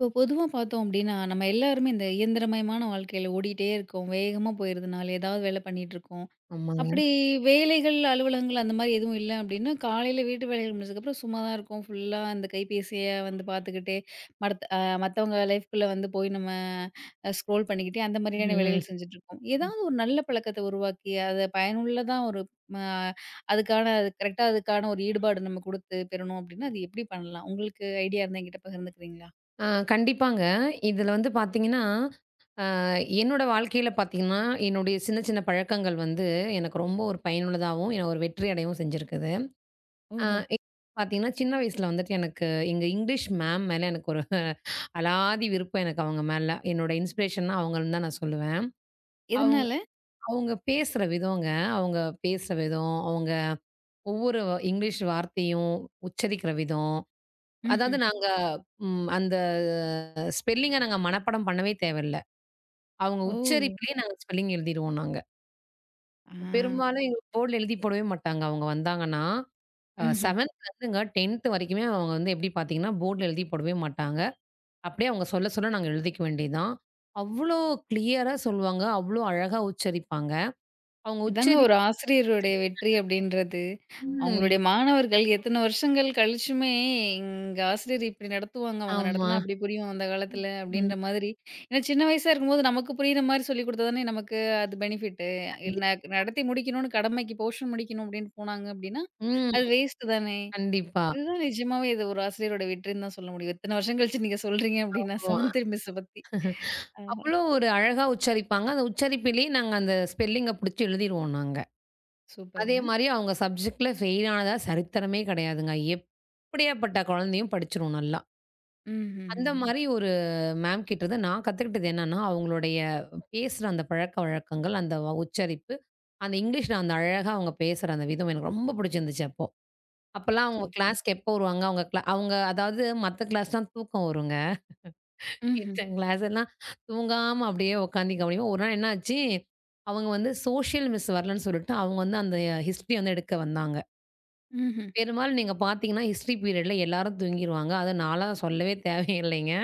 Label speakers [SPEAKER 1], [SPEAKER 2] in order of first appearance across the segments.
[SPEAKER 1] இப்போ பொதுவாக பார்த்தோம் அப்படின்னா நம்ம எல்லாருமே இந்த இயந்திரமயமான வாழ்க்கையில் ஓடிட்டே இருக்கோம். வேகமாக போயிருதுனால ஏதாவது வேலை பண்ணிட்டு இருக்கோம்.
[SPEAKER 2] ஆமாங்க.
[SPEAKER 1] அப்படி வேலைகள் அலுவலகங்கள் அந்த மாதிரி எதுவும் இல்லை அப்படின்னா, காலையில் வீட்டு வேலைகள் முடிச்சதுக்கப்புறம் சும்மா தான் இருக்கோம், ஃபுல்லாக அந்த கைபேசியை வந்து பார்த்துக்கிட்டே. மற்ற மற்றவங்க லைஃப்குள்ளே வந்து போய் நம்ம ஸ்க்ரோல் பண்ணிக்கிட்டே அந்த மாதிரியான
[SPEAKER 2] ம்.
[SPEAKER 1] வேலைகள் செஞ்சுட்டு இருக்கோம். ஏதாவது ஒரு நல்ல பழக்கத்தை உருவாக்கி அதை பயனுள்ளதாக ஒரு அஹ், அதுக்கான கரெக்டாக அதுக்கான ஒரு ஈடுபாடு நம்ம கொடுத்து பெறணும் அப்படின்னா, அது எப்படி பண்ணலாம்? உங்களுக்கு ஐடியா இருந்தால் என்கிட்ட பகிர்ந்துக்கிறீங்களா?
[SPEAKER 2] ஆ கண்டிப்பாங்க. இதுல வந்து பாத்தீங்கன்னா, அ என்னோட வாழ்க்கையில பாத்தீங்கன்னா, என்னுடைய சின்ன சின்ன பழக்கங்கள் வந்து எனக்கு ரொம்ப ஒரு பயனுள்ளதாவும், என்ன ஒரு வெற்றி அடையவும் செஞ்சிருக்குது. ஆ
[SPEAKER 1] ஓஹோ.
[SPEAKER 2] இப்ப பாத்தீங்கன்னா, சின்ன வயசுல வந்துட்டு எனக்கு எங்க இங்கிலீஷ் மேம் மேல எனக்கு ஒரு அலாதி விருப்பம் எனக்கு அவங்க மேல. என்னோட இன்ஸ்பிரேஷன்னா அவங்கன்னு தான் நான் சொல்லுவேன். அவங்க
[SPEAKER 1] எதனால?
[SPEAKER 2] அவங்க பேசுற விதங்க, அவங்க பேசுற விதம், அவங்க ஒவ்வொரு இங்கிலீஷ் வார்த்தையும் உச்சரிக்கிற விதம். அதாவது
[SPEAKER 1] ம்ஹ்ம்.
[SPEAKER 2] நாங்க அந்த ஸ்பெல்லிங்க நாங்க மனப்பாடம் பண்ணவே தேவையில்ல. அவங்க
[SPEAKER 1] ஓ!
[SPEAKER 2] உச்சரிப்பிலேயே நாங்க ஸ்பெல்லிங் எழுதிருவோம் நாங்க.
[SPEAKER 1] ஆ.
[SPEAKER 2] பெரும்பாலும் எங்களுக்கு போர்ட்ல எழுதி போடவே மாட்டாங்க. அவங்க வந்தாங்கன்னா,
[SPEAKER 1] ம்ஹ்ம்.
[SPEAKER 2] 7த்லருந்துங்க 10த் வரைக்குமே அவங்க வந்து எப்படி பார்த்தீங்கன்னா, போர்ட்ல எழுதி போடவே மாட்டாங்க. அப்படியே அவங்க சொல்ல சொல்ல நாங்க எழுதிக்க வேண்டியது தான். அவ்ளோ கிளியரா சொல்லுவாங்க. அவ்ளோ அழகா உச்சரிப்பாங்க. அவங்க
[SPEAKER 1] இதாங்க ஒரு
[SPEAKER 2] உச்சரிப்பு.
[SPEAKER 1] ஆசிரியருடைய வெற்றி அப்படின்றது.
[SPEAKER 2] ம்.
[SPEAKER 1] அவங்களுடைய மாணவர்கள் எத்தன வருஷங்கள் கழிச்சுமே, "எங்க ஆசிரியர் இப்படி நடத்துவாங்க, அவங்க
[SPEAKER 2] ஆமா.
[SPEAKER 1] நடத்தினா அப்படி புரியும் அந்த காலத்தில"
[SPEAKER 2] ம்.
[SPEAKER 1] அப்படின்ற மாதிரி. ஏன்னா சின்ன வயசா இருக்கும்போது நமக்கு புரியிற மாரி சொல்லிக் குடுத்தா தானே நமக்கு அது பெனிஃபிட்டு.
[SPEAKER 2] கண்டி
[SPEAKER 1] நடத்தி முடிக்கணும்னு கடமைக்கு போர்ஷன் முடிக்கணும் அப்படின்னு போனாங்க அப்படின்னா,
[SPEAKER 2] ம்.
[SPEAKER 1] அது வேஸ்ட் தானே.
[SPEAKER 2] கண்டிப்பா.
[SPEAKER 1] இதுதான் நிஜமாவே, இது ஒரு ஆசிரியரோட வெற்றின்னு தான் சொல்ல முடியும். இத்தன வருஷம் கழிச்சு நீங்க சொல்றீங்க அப்படின்னா,
[SPEAKER 2] ஆமா.
[SPEAKER 1] 7த் மிஸ்ஸ பத்தி. ஆ.
[SPEAKER 2] அவ்வளோ ஒரு அழகா உச்சரிப்பாங்க. அந்த உச்சரிப்பிலேயே நாங்க அந்த ஸ்பெல்லிங்க புடிச்சு எழுதிருவோம் நாங்க. அதே
[SPEAKER 1] சூப்பருங்க.
[SPEAKER 2] மாரி அவங்க சப்ஜெக்ட்ல ஃபெயில் ஆனதா சரித்திரமே கிடையாதுங்க. எப்படியாப்பட்ட குழந்தையும் படிச்சுரும் நல்லா. அந்த
[SPEAKER 1] ம்ஹ்ஹ்ஹ்ம்.
[SPEAKER 2] மாரி ஒரு மேம் கிட்ட இருந்து நான் கத்துக்கிட்டது என்னன்னா, அவங்களுடைய பேசுற அந்த பழக்கவழக்கங்கள், அந்த உச்சரிப்பு, அந்த இங்கிலீஷ்ல அந்த அழகா அவங்க பேசுற அந்த விதம் எனக்கு ரொம்ப புடிச்சிருந்துச்சு அப்போ. அப்பலாம் அவங்க
[SPEAKER 1] சூப்பர்.
[SPEAKER 2] கிளாஸ்க்கு எப்போ வருவாங்க? அவங்க அதாவது மத்த கிளாஸ்லாம் தூக்கம் வருங்க.
[SPEAKER 1] ம்ஹ்ம்.
[SPEAKER 2] கிளாஸ் எல்லாம் தூங்காம அப்படியே உட்காந்து கவனிப்போம். ஒரு நாள் என்ன ஆச்சு, அவங்க வந்து சோஷியல் மிஸ் வரலன்னு சொல்லிட்டு, அவங்க வந்து அந்த ஹிஸ்ட்ரி வந்து எடுக்க வந்தாங்க.
[SPEAKER 1] ம்ஹ்ம்.
[SPEAKER 2] பெரும்பாலும் நீங்க பார்த்தீங்கன்னா, ஹிஸ்ட்ரி பீரியட்ல எல்லாரும் தூங்கிருவாங்க. அதுவும் நான்லாம் சொல்லவே தேவையில்லைங்க.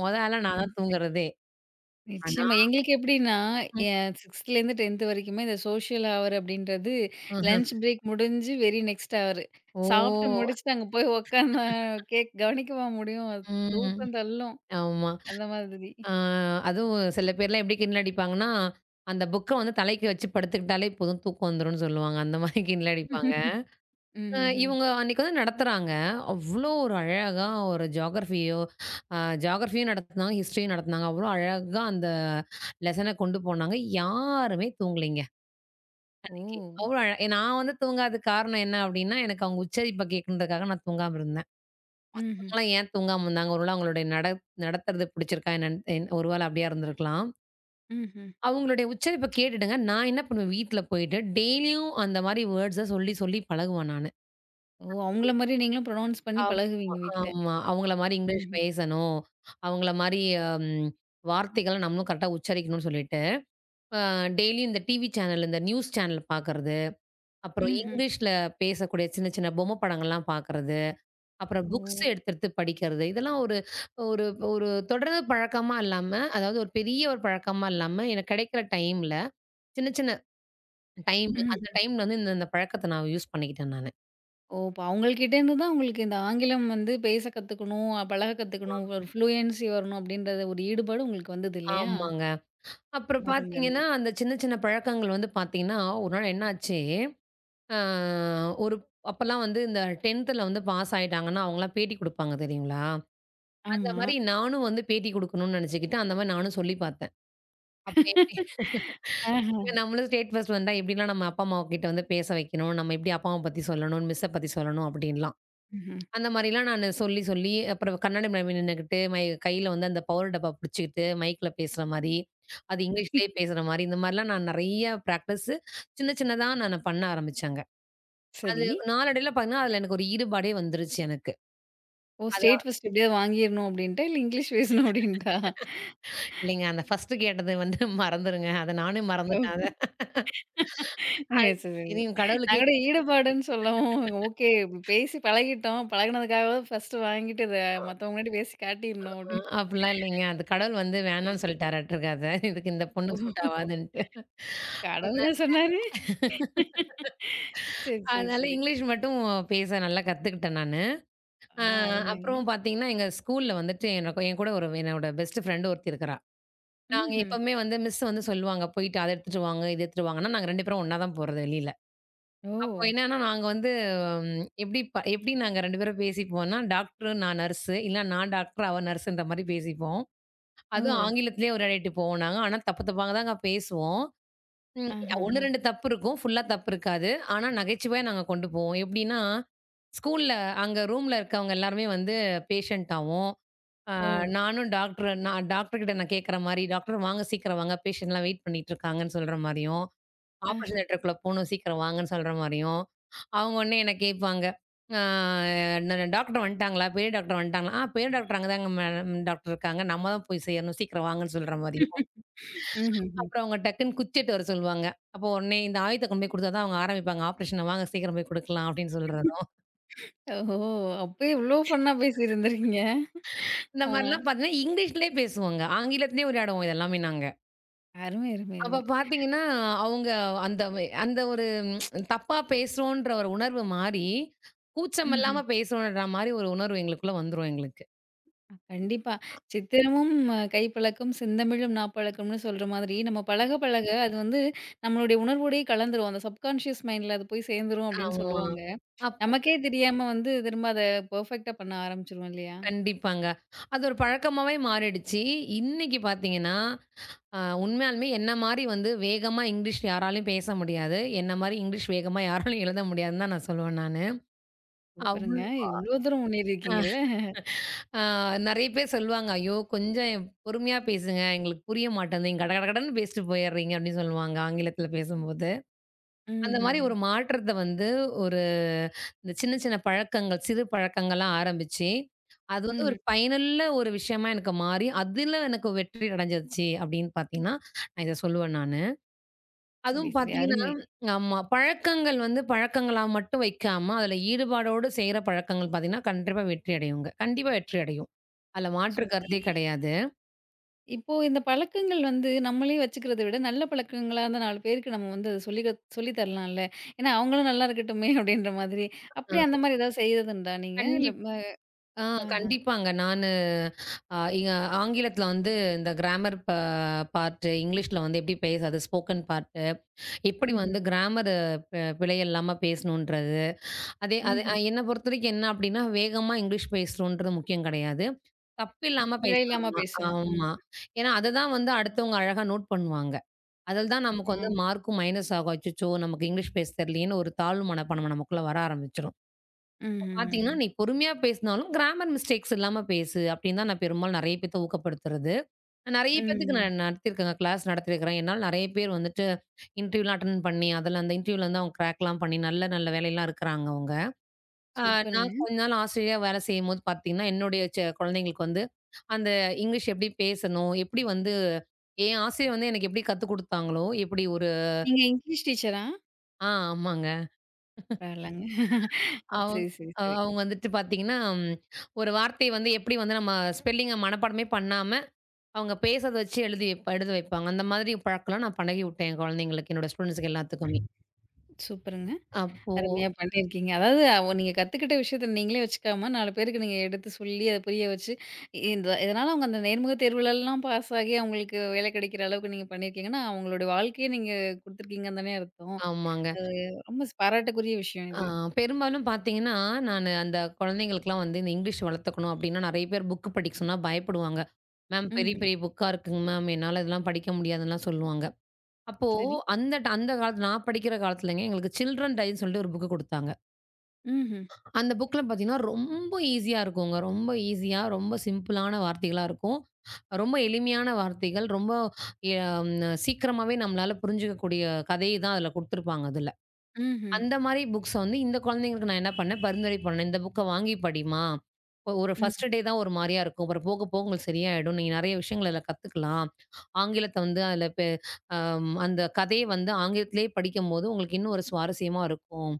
[SPEAKER 2] மொத ஆளா நான் தான் தூங்குறதே. ஆனா
[SPEAKER 1] நிச்சயமா. எங்களுக்கு எப்படின்னா, எ 6த்துலேருந்து 10த் வரைக்குமே இந்த சோஷியல் ஹவர் அப்படின்றது
[SPEAKER 2] ம்ஹ்ம்.
[SPEAKER 1] லஞ்ச் பிரேக் முடிஞ்சு வெரி நெக்ஸ்ட் ஹவர்.
[SPEAKER 2] ஓ!
[SPEAKER 1] சாப்பிட்டு முடிச்சுட்டு அங்க போய் உட்காந்தா கேக் கவனிக்கவா முடியும்?
[SPEAKER 2] ம்.
[SPEAKER 1] தூக்கம் தள்ளும்.
[SPEAKER 2] ஆமா.
[SPEAKER 1] அந்த மாதிரி.
[SPEAKER 2] ஆ அதுவும் சில பேர்லாம் எப்படி கிண்டல் அடிப்பாங்கன்னா, அந்த புக்க வந்து தலைக்கு வச்சு படுத்துக்கிட்டாலே போதும் தூக்கம் வந்துரும்னு சொல்லுவாங்க. அந்த மாரி கிண்டல் அடிப்பாங்க.
[SPEAKER 1] ம்ஹ்ஹ்ம்.
[SPEAKER 2] இவுங்க அன்னைக்கு வந்து நடத்துறாங்க. அவ்ளோ ஒரு அழகா ஒரு ஜியோகிராஃபியோ அ ஜியோகிராஃபியும் நடத்துனாங்க, ஹிஸ்டரியும் நடத்துனாங்க. அவ்ளோ அழகா அந்த லெசன கொண்டு போனாங்க. யாருமே தூங்கலைங்க.
[SPEAKER 1] ஓ!
[SPEAKER 2] அன்னைக்கு. அவ்ளோ அழ நான் வந்து தூங்காததுக்கு காரணம் என்ன அப்டின்னா, எனக்கு அவங்க உச்சரிப்ப கேட்கணுன்றதுக்காக நான் தூங்காம இருந்தேன்.
[SPEAKER 1] ம்ஹ்ம்.
[SPEAKER 2] அவங்கலாம் ஏன் தூங்காம இருந்தாங்க? அவங்களுடைய நடத்துறது பிடிச்சிருக்கா என்னன்னு ஒருவேள அப்டியா இருந்திருக்கலாம்.
[SPEAKER 1] ம்ஹ்ம்.
[SPEAKER 2] அவங்களுடைய உச்சரிப்ப கேட்டுட்டுங்க, நான் என்ன பண்ணுவேன் வீட்ல போயிட்டு டெய்லியும் அந்த மாரி வேர்ட்ஸ சொல்லி சொல்லி பழகுவேன் நானு.
[SPEAKER 1] ஓ! அவங்கள மாரி நீங்களும் ப்ரொனவுன்ஸ் பண்ணி
[SPEAKER 2] ஆமா,
[SPEAKER 1] பழகுவீங்க வீட்ல.
[SPEAKER 2] ஆமா. அவங்கள மாரி இங்கிலீஷ்
[SPEAKER 1] ம்ஹ்ம்.
[SPEAKER 2] பேசணும். அவங்கள மாரி ம் வார்த்தைகள நம்மளும் கரெக்ட்டா உச்சரிக்கணும்னு சொல்லிட்டு, அ டெய்லியும் இந்த டிவி சேனல், இந்த நியூஸ் சேனல் பார்க்கறது, அப்புறம்
[SPEAKER 1] ம்ஹ்ம்.
[SPEAKER 2] இங்கிலீஷ்ல பேசக்கூடிய சின்ன சின்ன பொம்மை படங்கள்லாம் பார்க்கறது, அப்புறம் புக்ஸ்
[SPEAKER 1] ஓ!
[SPEAKER 2] எடுத்து எடுத்து படிக்கிறது. இதெல்லாம் ஒரு ஒரு ஒரு தொடர் பழக்கமா இல்லாம, அதாவது ஒரு பெரிய ஒரு பழக்கமா இல்லாம, எனக்கு கிடைக்கிற டைம்ல சின்ன சின்ன டைம் அந்த
[SPEAKER 1] ம்ஹ்ம்.
[SPEAKER 2] டைம்ல வந்து இந்த இந்த பழக்கத்த நான் யூஸ் பண்ணிக்கிட்டேன் நானு.
[SPEAKER 1] ஓ! இப்ப அவங்கள்கிட்டேருந்து தான் உங்களுக்கு இந்த ஆங்கிலம் வந்து பேச கத்துக்கணும், பழக கத்துக்கணும், ஒரு ஃப்ளூயன்சி வரணும் அப்படின்றத ஒரு ஈடுபாடு உங்களுக்கு வந்தது இல்லையா?
[SPEAKER 2] ஆமாங்க. அப்புறம்
[SPEAKER 1] அருமை, அருமை.
[SPEAKER 2] பார்த்தீங்கன்னா, அந்த சின்ன சின்ன பழக்கங்கள் வந்து பார்த்தீங்கன்னா, ஒரு நாள் என்னாச்சு, அ ஒரு அப்பலாம் வந்து இந்த 10த்ல வந்து பாஸ் ஆயிட்டாங்கன்னா, அவங்கலாம் பேட்டி குடுப்பாங்க தெரியுங்களா? அந்த
[SPEAKER 1] ஆமா.
[SPEAKER 2] மாரி நானும் வந்து பேட்டி குடுக்கணும்னு நெனச்சுக்கிட்டு, அந்த மாரி நானும் சொல்லி பார்த்தேன். அப்ப எப்படி
[SPEAKER 1] ஆஹா.
[SPEAKER 2] நம்மளும் ஸ்டேட் ஃபர்ஸ்ட் வந்தா எப்படிலாம் நம்ம அப்பா, அம்மா கிட்ட வந்து பேச வைக்கணும், நம்ம எப்படி அப்பாவ பத்தி சொல்லணும், மிஸ்ஸ பத்தி சொல்லணும் அப்படின்லாம்.
[SPEAKER 1] ம்ஹ்ம்.
[SPEAKER 2] அந்த மாரிலாம் நானு சொல்லி, சொல்லி அப்புறம் கண்ணாடி முன்னாடி நின்னுகிட்டு, மை கையில வந்து அந்த பவர் டப்பா பிடிச்சுக்கிட்டு, மைக்ல பேசுற மாரி, அது இங்கிலீஷ்லயே பேசுற மாரி, இந்த மாரிலாம் நான் நெறைய பிராக்டிஸு சின்ன சின்னதா நானு பண்ண ஆரம்பிச்சேங்க. அது
[SPEAKER 1] சரி.
[SPEAKER 2] நாளடைவில பார்த்தீங்கன்னா, அதில எனக்கு ஒரு ஈடுபாடே வந்துருச்சு எனக்கு.
[SPEAKER 1] ஓ! ஸ்டேட்
[SPEAKER 2] அதான்
[SPEAKER 1] ஃபர்ஸ்ட் எப்படியாவது வாங்கிரணும் அப்படின்ட்டா? இல்ல இங்கிலீஷ் பேசணும் அப்படின்ட்டா?
[SPEAKER 2] இல்லைங்க அந்த ஃபர்ஸ்ட்டு கேட்டது வந்து மறந்துருங்க. அத நானே மறந்துட்டேன்
[SPEAKER 1] ஓ!
[SPEAKER 2] அத.
[SPEAKER 1] சரி, சரி.
[SPEAKER 2] தெரியும்
[SPEAKER 1] நான்
[SPEAKER 2] கடவுளுக்கே.
[SPEAKER 1] கூட ஈடுபாடுன்னு சொல்லவும், ஓகே பேசி பழகிட்டோம். பழகுனதுக்காகவாது ஃபர்ஸ்ட்டு வாங்கிட்டு இத மத்தவங்க முன்னாடி பேசி காட்டிரணும் அப்படின்னு.
[SPEAKER 2] அப்டிலாம் இல்லைங்க. அது கடவுள் வந்து வேணான்னு சொல்லிட்டாராட்டுருக்கு அத. இதுக்கு இந்த
[SPEAKER 1] ஓ!
[SPEAKER 2] பொண்ணுக்கு சூட் ஆவாதுன்ட்டு.
[SPEAKER 1] கடவுளா சொன்னாரு? சரி, சரி,
[SPEAKER 2] அதனால
[SPEAKER 1] சரி.
[SPEAKER 2] இங்கிலீஷ் மட்டும் பேச நல்லா கத்துக்கிட்டேன் நானு. அ
[SPEAKER 1] ஆ, அருமைங்க.
[SPEAKER 2] அப்புறம் பார்த்தீங்கன்னா, எங்க ஸ்கூல்ல வந்துட்டு எனக்கு என்னோட பெஸ்ட் ஃப்ரெண்ட் ஒருத்தி இருக்கிறா. நாங்க
[SPEAKER 1] ம்ஹ்ம்.
[SPEAKER 2] எப்பவுமே வந்து மிஸ் வந்து சொல்லுவாங்க, "போயிட்டு அத எடுத்துட்டு வாங்க, இத எடுத்துட்டு வாங்கன்னா" நாங்க 2 பேரும் ஒண்ணா தான் போறது வெளியில.
[SPEAKER 1] ஓ!
[SPEAKER 2] அப்போ என்னன்னா, நாங்க வந்து ஹம், எப்படி நாங்க 2 பேரும் பேசிப்போம்னா, டாக்டரு நான் நர்ஸு, இல்ல நான் டாக்டர் அவ நர்ஸுன்ற மாரி பேசிப்போம்.
[SPEAKER 1] ஓ!
[SPEAKER 2] அதுவும் ஆங்கிலத்திலேயே உரையாடிட்டு போவோம் நாங்க. ஆனா தப்பு தப்பாங்க தாங்க பேசுவோம். ம் 1,
[SPEAKER 1] ஆஹஹா!
[SPEAKER 2] 2 தப்பு இருக்கும். ஃபுல்லா தப்பு இருக்காது. ஆனா நகைச்சுவையா நாங்க கொண்டு போவோம். எப்படின்னா, ஸ்கூல்ல அங்க ரூம்ல இருக்கவங்க எல்லாருமே வந்து பேஷண்டாவும் ஆ
[SPEAKER 1] ஓ!
[SPEAKER 2] நானும் டாக்டர் கிட்ட நான் கேட்குற மாரி, "டாக்டர் வாங்க சீக்கிரம் வாங்க. பேஷண்ட்லாம் வெயிட் பண்ணிட்டு இருக்காங்கன்னு" சொல்ற மாரியும், "ஆப்ரேஷன்
[SPEAKER 1] ஆஹா!
[SPEAKER 2] தியேட்டருக்குள்ள போணும் சீக்கிரம் வாங்கன்னு" சொல்ற மாரியும், அவங்க உடனே என்ன கேட்பாங்க. ஆ "டாக்டர் வந்துட்டாங்களா? பெரிய டாக்டர் வந்துட்டாங்களா?" "ஆ பெரிய டாக்டர் அங்க தாங்க மேடம் டாக்டர் இருக்காங்க. நம்ம தான் போய் செய்யணும். சீக்கிரம் வாங்கன்னு" சொல்ற மாரியும்,
[SPEAKER 1] ம்ஹ்ஹ்ம்.
[SPEAKER 2] அப்புறம் அவங்க டக்குன்னு குச்சி எடுத்து வர சொல்லுவாங்க. அப்போ உடனே இந்த ஆயுதத்த கொண்டு போய் குடுத்தா தான் அவங்க ஆரம்பிப்பாங்க. "ஆப்ரேஷன வாங்க சீக்கிரம் போய் குடுக்கலாம்" அப்படின்னு சொல்றதும்,
[SPEAKER 1] ஓஹோ! அப்பயே இவ்ளோ ஃபன்னா பேசியிருந்திருக்கீங்க.
[SPEAKER 2] இந்த
[SPEAKER 1] ஆ,
[SPEAKER 2] மாரிலாம் பார்த்தீங்கன்னா, இங்கிலீஷ்லயே பேசுவோங்க. ஆங்கிலத்திலேயே உரையாடுவோம் இது எல்லாமே நாங்க.
[SPEAKER 1] அருமை, அருமை,
[SPEAKER 2] அப்ப
[SPEAKER 1] அருமை.
[SPEAKER 2] பார்த்தீங்கன்னா, அவங்க அந்த வே அந்த ஒரு ம், தப்பா பேசுறோன்ற ஒரு உணர்வு மாறி, கூச்சம்
[SPEAKER 1] ம்ஹ்ம்.
[SPEAKER 2] இல்லாம பேசுறோன்ற மாரி ஒரு உணர்வு எங்களுக்குள்ள வந்துரும் எங்களுக்கு.
[SPEAKER 1] கண்டிப்பா. சித்திரமும் கைப்பழக்கம், செந்தமிழும் நாப்பழக்கம்னு சொல்ற மாதிரி, நம்ம பழக பழக அது வந்து நம்மளுடைய உணர்வோடயே கலந்துரும். அந்த சப்கான்ஷியஸ் மைண்ட்ல அது போய் சேர்ந்துரும் அப்படின்னு
[SPEAKER 2] ஆமா.
[SPEAKER 1] சொல்லுவாங்க.
[SPEAKER 2] அப்ப
[SPEAKER 1] நமக்கே தெரியாம வந்து திரும்ப அத பெர்ஃபெக்ட்டா பண்ண ஆரம்பிச்சுருவோம் இல்லையா?
[SPEAKER 2] கண்டிப்பாங்க. அது ஒரு பழக்கமாவே மாறிடுச்சு. இன்னைக்கு பார்த்தீங்கன்னா, அ உண்மையாலுமே என்ன மாரி வந்து வேகமா இங்கிலீஷ் யாராலயும் பேச முடியாது. என்ன மாரி இங்கிலீஷ் வேகமா யாராலயும் எழுத முடியாதுன்னு தான் நான் சொல்லுவேன் நானு. அவ்
[SPEAKER 1] சூப்பருங்க. இவ்ளோ தூரம் முன்னேறியிருக்கீங்கல்ல.
[SPEAKER 2] ஆ நெறைய பேர் சொல்லுவாங்க, "ஐயோ! கொஞ்சம் பொறுமையா பேசுங்க. எங்களுக்கு புரிய மாட்டேங்குது. கட கட கடன்னு பேசிட்டு போயிடுறீங்க." அப்படின்னு சொல்லுவாங்க ஆங்கிலத்தில பேசும்போது. அந்த மாரி
[SPEAKER 1] ம்ஹ்ஹ்ம்.
[SPEAKER 2] ஒரு மாற்றத்த வந்து ஒரு இந்த சின்ன சின்ன பழக்கங்கள், சிறு பழக்கங்களா ஆரம்பிச்சு, அது வந்து
[SPEAKER 1] ம்ஹ்ம்.
[SPEAKER 2] ஒரு பயனுள்ள ஒரு விஷயமா எனக்கு மாறி, அதில எனக்கு வெற்றி அடைஞ்சிருச்சு அப்படின்னு பார்த்தீங்கன்னா, நான் இத சொல்லுவேன் நானு.
[SPEAKER 1] சரி,
[SPEAKER 2] அதுவும்
[SPEAKER 1] சரி.
[SPEAKER 2] பார்த்தீங்கன்னா
[SPEAKER 1] அருமை.
[SPEAKER 2] ஆமா. பழக்கங்கள் வந்து பழக்கங்களா மட்டும் வைக்காம, அதில ஈடுபாடோடு செய்ற பழக்கங்கள் பார்த்தீங்கன்னா, கண்டிப்பா வெற்றி அடையுங்க. கண்டிப்பா வெற்றி அடையும். அதில மாற்று கருத்தே
[SPEAKER 1] சூப்பர்.
[SPEAKER 2] கிடையாது.
[SPEAKER 1] இப்போ இந்த பழக்கங்கள் வந்து நம்மளே வச்சுக்கிறத விட, நல்ல பழக்கங்களா இருந்தா 4 பேருக்கு நம்ம வந்து சொல்லி சொல்லி தரலாம்ல. ஏன்னா, அவங்களும் நல்லா இருக்கட்டுமே அப்படின்ற மாதிரி. அப்படி
[SPEAKER 2] அ
[SPEAKER 1] அந்த மாதிரி ஏதாவது செய்ததுண்டா நீங்க? இல்ல
[SPEAKER 2] கண்டிப்
[SPEAKER 1] ம
[SPEAKER 2] ஆ
[SPEAKER 1] ஆஹா.
[SPEAKER 2] கண்டிப்பாங்க. நானு அ எ ஆங்கிலத்தில வந்து இந்த கிராமர் ப பார்ட்டு, இங்கிலீஷ்ல வந்து எப்படி பேசுறது, ஸ்போக்கன் பார்ட்டு, எப்படி
[SPEAKER 1] ம்ஹ்ம்.
[SPEAKER 2] வந்து கிராமரு ப பிழை இல்லாம பேசணுன்றது. அது
[SPEAKER 1] ம்ஹ்ம்.
[SPEAKER 2] என்ன பொறுத்தவரைக்கும் என்ன அப்படின்னா, வேகமா இங்கிலீஷ் பேசணுன்றது முக்கியம் கிடையாது. தப்பில்லாம
[SPEAKER 1] பிழை இல்லாம
[SPEAKER 2] பேசுறாமா.
[SPEAKER 1] பேசணும். ம்.
[SPEAKER 2] ஆமா. ஏன்னா, அததான் வந்து அடுத்தவங்க அழகா நோட் பண்ணுவாங்க. அதில தான்
[SPEAKER 1] ஆ.
[SPEAKER 2] நமக்கு வந்து மார்க்கும் மைனஸ் ஆகும். அச்சச்சோ! நமக்கு இங்கிலீஷ் பேச தெரியலையேன்னு ஒரு தாழ்வு மனப்பான்மை நமக்குள்ள வர ஆரம்பிச்சுரும்.
[SPEAKER 1] ம்ஹ்ஹ்ம்.
[SPEAKER 2] பார்த்தீங்கன்னா, "நீ பொறுமையா பேசினாலும் கிராமர் மிஸ்டேக்ஸ் இல்லாம பேசு." அப்படின்னு தான் நான் பெரும்பாலும் நெறைய பேத்த ஊக்கப்படுத்துறது. நெறைய பேத்துக்கு
[SPEAKER 1] ம்.
[SPEAKER 2] நான் நடத்தியிருக்கேங்க. கிளாஸ் நடத்தியிருக்கிறேன். என்னால நெறைய பேர் வந்துட்டு இன்டர்வியூலாம் அட்டெண்ட் பண்ணி, அதில அந்த இன்டர்வியூல வந்து அவங்க கிராக்லாம் பண்ணி நல்ல நல்ல வேலைலாம் இருக்கிறாங்க அவங்க. ஆ நான்
[SPEAKER 1] சூப்பருங்க.
[SPEAKER 2] கொஞ்ச நாள் ஆசிரியையா வேலை செய்யும்போது பார்த்தீங்கன்னா, என்னுடைய குழந்தைங்களுக்கு வந்து, அந்த இங்கிலீஷ் எப்படி பேசணும்? எப்படி வந்து என் ஆசிரியர் வந்து எனக்கு எப்படி கத்துக் குடுத்தாங்களோ, எப்படி ஒரு
[SPEAKER 1] நீங்க இங்கிலீஷ் டீச்சரா?
[SPEAKER 2] ஆ ஆமாங்க.
[SPEAKER 1] பரவால்லங்க. ஓ!
[SPEAKER 2] அவங்க
[SPEAKER 1] சரி, சரி, சரி.
[SPEAKER 2] அவங்க வந்துட்டு பார்த்தீங்கன்னா, ஒரு வார்த்தைய வந்து எப்படி வந்து நம்ம ஸ்பெல்லிங்க மனப்பாடமே பண்ணாம, அவங்க பேசறத வச்சு எழுத வைப்பாங்க. அந்த மாதிரி பழக்கலாம் நான் பழகிவுட்டேன் என் குழந்தைங்களுக்கு, என்னோட ஸ்டூடண்ட்ஸுக்கு எல்லாத்துக்குமே.
[SPEAKER 1] சூப்பருங்க.
[SPEAKER 2] அப்போ
[SPEAKER 1] அருமையா பண்ணியிருக்கீங்க. அதாவது நீங்க கத்துக்கிட்ட விஷயத்த நீங்களே வச்சுக்காம 4 பேருக்கு நீங்க எடுத்து சொல்லி அத புரிய வச்சு, இந்த இதனால அவங்க அந்த நேர்முக தேர்வுலலாம் பாஸ் ஆகி அவங்களுக்கு வேலை கிடைக்கிற அளவுக்கு நீங்க பண்ணியிருக்கீங்கன்னா, அவங்களுடைய வாழ்க்கைய நீங்க குடுத்துருக்கீங்கன்னு தானே அர்த்தம்.
[SPEAKER 2] ஆமாங்க.
[SPEAKER 1] அது ரொம்ப பாராட்டுக்குரிய விஷயம்
[SPEAKER 2] ஆ
[SPEAKER 1] இது.
[SPEAKER 2] பெரும்பாலும் பார்த்தீங்கன்னா, நானு அந்த குழந்தைங்களுக்குலாம் வந்து இந்த இங்கிலீஷ் வளர்த்துக்கணும் அப்டின்னா, நெறைய பேர் புக்கு படிக்க சொன்னா பயப்படுவாங்க. மேம் பெரிய,
[SPEAKER 1] ம்ஹ்ம்.
[SPEAKER 2] பெரிய புக்கா இருக்குங்க மேம். என்னால இதெல்லாம் படிக்க முடியாதுன்லாம் சொல்லுவாங்க. அப்போ
[SPEAKER 1] சரி.
[SPEAKER 2] அந்த காலத்துல நான் படிக்கிற காலத்துலங்க எங்களுக்கு சில்ட்ரன் டைன்னு சொல்லிட்டு ஒரு புக்கு குடுத்தாங்க.
[SPEAKER 1] ம்ஹ்ம்.
[SPEAKER 2] அந்த புக்ல பார்த்தீங்கன்னா, ரொம்ப ஈஸியா இருக்குங்க. ரொம்ப ஈஸியா, ரொம்ப சிம்பிளான வார்த்தைகளா இருக்கும். ரொம்ப எளிமையான வார்த்தைகள். ரொம்ப எ ம் சீக்கிரமாவே நம்மளால புரிஞ்சுக்கக்கூடிய கதை தான் அதுல குடுத்துருப்பாங்க அதுல.
[SPEAKER 1] ம்ஹ்ம்.
[SPEAKER 2] அந்த மாரி புக்ஸ வந்து இந்த குழந்தைங்களுக்கு நான் என்ன பண்ணேன், பரிந்துரை பண்ணேன். இந்த புக்க வாங்கி படிம்மா. ஒரு ஃபர்ஸ்ட்
[SPEAKER 1] ம்ஹ்ம்.
[SPEAKER 2] டே தான் ஒரு மாரியா இருக்கும். அப்புறம் போக, போக உங்களுக்கு சரியாயிடும். நீங்க நெறைய விஷயங்கள் அதில கத்துக்கலாம். ஆங்கிலத்த வந்து அதில பெ அம் அந்த கதைய வந்து ஆங்கிலத்திலேயே படிக்கும்போது, உங்களுக்கு இன்னும் ஒரு சுவாரஸ்யமா இருக்கும்.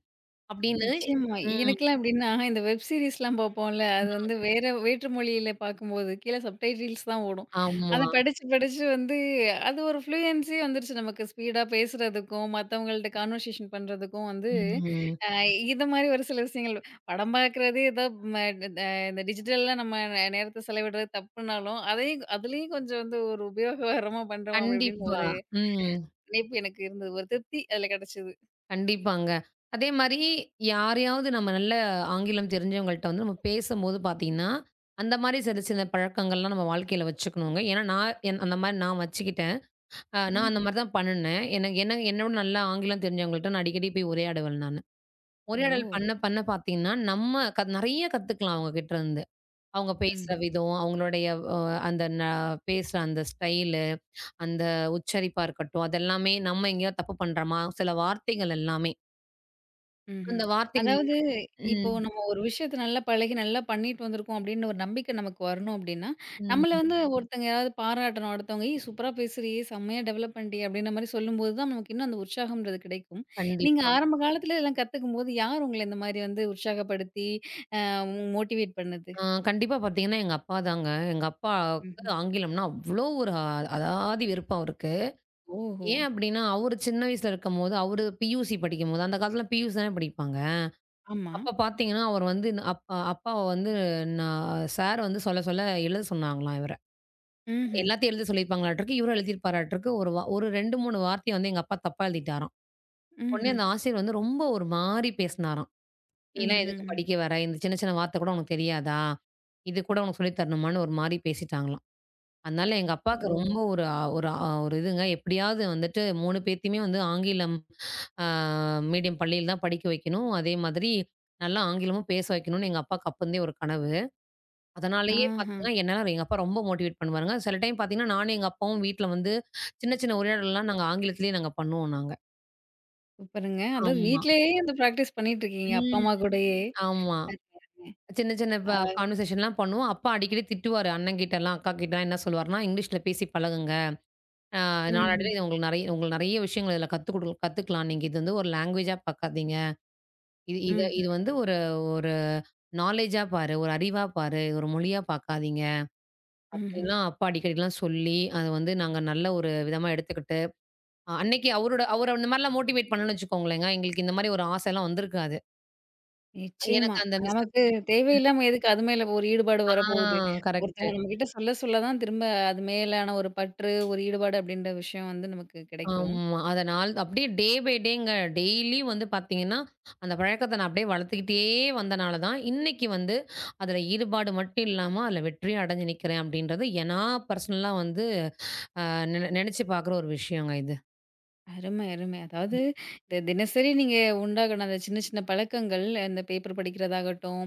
[SPEAKER 2] அப்படின்னு
[SPEAKER 1] நிச்சயமா.
[SPEAKER 2] ம்.
[SPEAKER 1] எனக்கெல்லாம் எப்படின்னா, இந்த வெப் சீரிஸ்லாம் பார்ப்போம்ல, அது வந்து வேற வேற்று மொழியில பார்க்கும்போது, கீழே சப்டைட்டில்ஸ் தான் ஓடும்.
[SPEAKER 2] ஆமா.
[SPEAKER 1] அத படிச்சு, படிச்சு வந்து அது ஒரு ஃப்ளூயன்ஸி வந்துருச்சு நமக்கு. ஸ்பீடா பேசுறதுக்கும், மத்தவங்கள்ட்ட கான்வர்சேஷன் பண்றதுக்கும் வந்து,
[SPEAKER 2] ம்.
[SPEAKER 1] அ இது மாரி ஒரு சில விஷயங்கள் படம் பார்க்குறது ஏதோ ம ட இந்த டிஜிட்டலா நம்ம நேரத்த செலவிடுறது தப்புனாலும், அதையும் அதுலயும் கொஞ்சம் வந்து ஒரு உபயோககரமா பண்றோம் அப்படி இப்படின்னு
[SPEAKER 2] கண்டிப்பா.
[SPEAKER 1] ஒரு
[SPEAKER 2] ம்.
[SPEAKER 1] நினைப்பு எனக்கு இருந்தது. ஒரு திருப்தி அதில கிடைச்சது.
[SPEAKER 2] கண்டிப்பாங்க. அதே மாரி யாரையாவது நம்ம நல்ல ஆங்கிலம் தெரிஞ்சவங்கள்ட்ட வந்து நம்ம பேசும்போது பார்த்தீங்கன்னா, அந்த மாரி சில சில பழக்கங்கள்லாம் நம்ம வாழ்க்கையில வச்சுக்கணுங்க. ஏன்னா நான் என் அந்த மாரி நான் வச்சுக்கிட்டேன். நான் அந்த
[SPEAKER 1] ம்ஹ்ம்.
[SPEAKER 2] மாரி தான் பண்ணுனேன். எனக்கு என்ன என்னோட நல்லா ஆங்கிலம் தெரிஞ்சவங்கள்ட்ட நான் அடிக்கடி போய் உரையாடுவேன் நானு.
[SPEAKER 1] ஓ!
[SPEAKER 2] உரையாடல் பண்ண பண்ண பார்த்தீங்கன்னா, நம்ம நெறைய கத்துக்கலாம் அவங்க கிட்டருந்து. அவங்க பேசுற
[SPEAKER 1] ம்ஹ்ம்.
[SPEAKER 2] விதம், அவங்களுடைய அ அந்த ந பேசுற அந்த ஸ்டைலு, அந்த உச்சரிப்பா இருக்கட்டும், அதெல்லாமே நம்ம எங்கேயாவது தப்பு பண்றோமா, சில வார்த்தைகள் எல்லாமே.
[SPEAKER 1] ம்ஹ்ம்.
[SPEAKER 2] அந்த வார்த்தைகள்
[SPEAKER 1] அதாவது இப்போ
[SPEAKER 2] ம்,
[SPEAKER 1] நம்ம ஒரு விஷயத்த நல்லா பழகி, நல்லா பண்ணிட்டு வந்திருக்கோம் அப்படின்னு ஒரு நம்பிக்கை நமக்கு வரணும் அப்படின்னா, நம்மள
[SPEAKER 2] ம்.
[SPEAKER 1] வந்து ம். ஒருத்தங்க யாராவது பாராட்டணும். அடுத்தவங்க "ஏய் சூப்பரா பேசுறியே! செம்மையா டெவலப் பண்ணிட்டியே!" அப்படின்ற மாரி சொல்லும்போது தான் நமக்கு இன்னும் அந்த உற்சாகம்ன்றது கிடைக்கும். நீங்க ம்.
[SPEAKER 2] கண்டிப்பா.
[SPEAKER 1] ஆரம்ப காலத்துல இதெல்லாம் கத்துக்கும்போது, யார் உங்கள இந்த மாரி வந்து உற்சாகப்படுத்தி, அ மோட்டிவேட் பண்ணது?
[SPEAKER 2] கண்டிப்பா பாத்தீங்கன்னா, எங்க அப்பா தாங்க. எங்க
[SPEAKER 1] ம்ஹ்ம்.
[SPEAKER 2] அப்பாவுக்கு ஆங்கிலம்னா அவ்ளோ ஒரு அலாதி வெறுப்பு அவருக்கு.
[SPEAKER 1] ஓஹோ!
[SPEAKER 2] ஏன் அப்டின்னா, அவரு சின்ன வயசுல இருக்கும்போது, அவரு பியூசி படிக்கும்போது, அந்த காலத்துல பியூசி தானே படிப்பாங்க.
[SPEAKER 1] ஆமா.
[SPEAKER 2] அப்ப பாத்தீங்கன்னா, அவர் வந்து ந- அப்பா அப்பாவ வந்து நான் சார் வந்து சொல்ல, சொல்ல எழுத சொன்னாங்களாம் இவர.
[SPEAKER 1] ம்ஹ்ம்.
[SPEAKER 2] எல்லாத்தையும் எழுத சொல்லியிருப்பாங்களாட்ருக்கு. இவரும் எழுதியிருப்பாராட்ருக்கு. ஒரு 2, 3 வார்த்தைய வந்து எங்க அப்பா தப்பா எழுதிட்டாராம். உடனே
[SPEAKER 1] ம்ஹ்ம்.
[SPEAKER 2] அந்த ஆசிரியர் வந்து ரொம்ப ஒரு மாரி பேசினாராம். நீலாம் எதுக்கு
[SPEAKER 1] ம்ஹ்ம்.
[SPEAKER 2] படிக்க வர? இந்த சின்ன சின்ன வார்த்த கூட உனக்கு தெரியாதா? இது கூட உனக்கு சொல்லி தரணுமான்னு ஒரு மாரி பேசிட்டாங்களாம். அதனால எங்க அப்பாவுக்கு
[SPEAKER 1] ஓ!
[SPEAKER 2] ரொம்ப ஒரு இதுங்க. எப்படியாவது வந்துட்டு 3 பேத்தையுமே வந்து ஆங்கிலம் ஆ மீடியம் பள்ளியில தான் படிக்க வைக்கணும். அதே மாதிரி நல்லா ஆங்கிலமும் பேச வைக்கணும்னு எங்க அப்பாவுக்கு அப்பருந்தே ஒரு கனவு. அதனாலேயே
[SPEAKER 1] ஆஹா!
[SPEAKER 2] பார்த்தீங்கன்னா, என்னால எங்க அப்பா ரொம்ப மோட்டிவேட் பண்ணுவாருங்க. சில டைம் பார்த்தீங்கன்னா, நானும் எங்க அப்பாவும் வீட்ல வந்து சின்ன சின்ன உரையாடல்லாம் நாங்க ஆங்கிலத்திலேயே நாங்க பண்ணுவோம் நாங்க.
[SPEAKER 1] சூப்பருங்க. அதாவது
[SPEAKER 2] ஆமா.
[SPEAKER 1] வீட்லயே அந்த பிராக்டிஸ் பண்ணிட்டு இருக்கீங்க, அப்பா,
[SPEAKER 2] ம்.
[SPEAKER 1] அம்மா கூடயே.
[SPEAKER 2] ஆமா.
[SPEAKER 1] அருமை, அருமை.
[SPEAKER 2] சின்ன சின்ன ப கான்வர்சேஷன்லாம் பண்ணுவோம். அப்பா அடிக்கடி திட்டுவாரு அண்ணங்கிட்டலாம், அக்காகிட்டலாம் என்ன சொல்லுவாருன்னா, "இங்கிலீஷ்ல பேசி பழகுங்க. அ நாளடைவில
[SPEAKER 1] ம்ஹ்ம்.
[SPEAKER 2] இது உங்களுக்கு நெறைய விஷயங்கள் இதில கத்துக்கலாம். நீங்க இது வந்து ஒரு லாங்குவேஜா பார்க்காதீங்க. இது இத
[SPEAKER 1] ம்.
[SPEAKER 2] இது வந்து ஒரு ஒரு நாலேஜா பாரு, ஒரு அறிவா பாரு, ஒரு மொழியா பார்க்காதீங்க."
[SPEAKER 1] ம்ஹ்ம்.
[SPEAKER 2] அப்படின்லாம் அப்பா அடிக்கடிலாம் சொல்லி, அத வந்து நாங்க நல்ல ஒரு விதமா எடுத்துக்கிட்டு, அன்னைக்கு அவரோட அவர அந்த மாரிலாம் மோட்டிவேட் பண்ணணும்னு வச்சுக்கோங்களேங்க, எங்களுக்கு இந்த மாரி ஒரு ஆசைலாம் வந்திருக்காது.
[SPEAKER 1] நிச்சயமா.
[SPEAKER 2] எனக்கு அந்த மிஸ்
[SPEAKER 1] நமக்கு தேவையில்லாம எதுக்கு அது மேல ஒரு ஈடுபாடு
[SPEAKER 2] ஆ
[SPEAKER 1] வரப்போகுது.
[SPEAKER 2] கரெக்ட்.
[SPEAKER 1] ஒருத்தவங்க நம்மகிட்ட சொல்ல சொல்ல தான் திரும்ப அது மேலான ஒரு பற்று, ஒரு ஈடுபாடு அப்படின்ற விஷயம் வந்து நமக்கு கிடைக்கும்.
[SPEAKER 2] ஆமா. அத நாள் அப்படியே டே பை டேங்க. டெய்லி வந்து பார்த்தீங்கன்னா, அந்த பழக்கத்த நான் அப்படியே வளர்த்துக்கிட்டே வந்தனால தான், இன்னைக்கு வந்து அதில ஈடுபாடு மட்டும் இல்லாம, அதில வெற்றியும் அடைஞ்சு நிக்கிறேன் அப்படின்றது, நான் பர்சனலா வந்து அ நென நெனச்சு பார்க்குற ஒரு விஷயங்க இது.
[SPEAKER 1] அருமை, அருமை. அதாவது இந்த தினசரி நீங்க உண்டாகுன அந்த சின்ன சின்ன பழக்கங்கள், இந்த பேப்பர் படிக்கிறதாகட்டும்,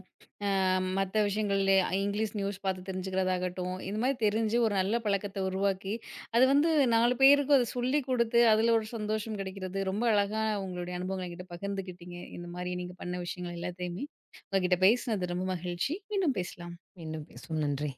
[SPEAKER 1] மற்ற விஷயங்கள்ல இங்கிலீஷ் நியூஸ் பார்த்து தெரிஞ்சுக்கிறதாகட்டும், இந்த மாதிரி தெரிஞ்சு ஒரு நல்ல பழக்கத்த உருவாக்கி, அது வந்து 4 பேருக்கும் அத சொல்லிக் குடுத்து, அதில ஒரு சந்தோஷம் கிடைக்கிறது. ரொம்ப அழகா உங்களுடைய அனுபவங்கள என்கிட்ட பகிர்ந்துக்கிட்டீங்க, இந்த மாரி நீங்க பண்ண விஷயங்கள் எல்லாத்தையுமே. உங்ககிட்ட பேசினது ரொம்ப மகிழ்ச்சி. மீண்டும் பேசலாம்.
[SPEAKER 2] மீண்டும் பேசுவோம். நன்றி.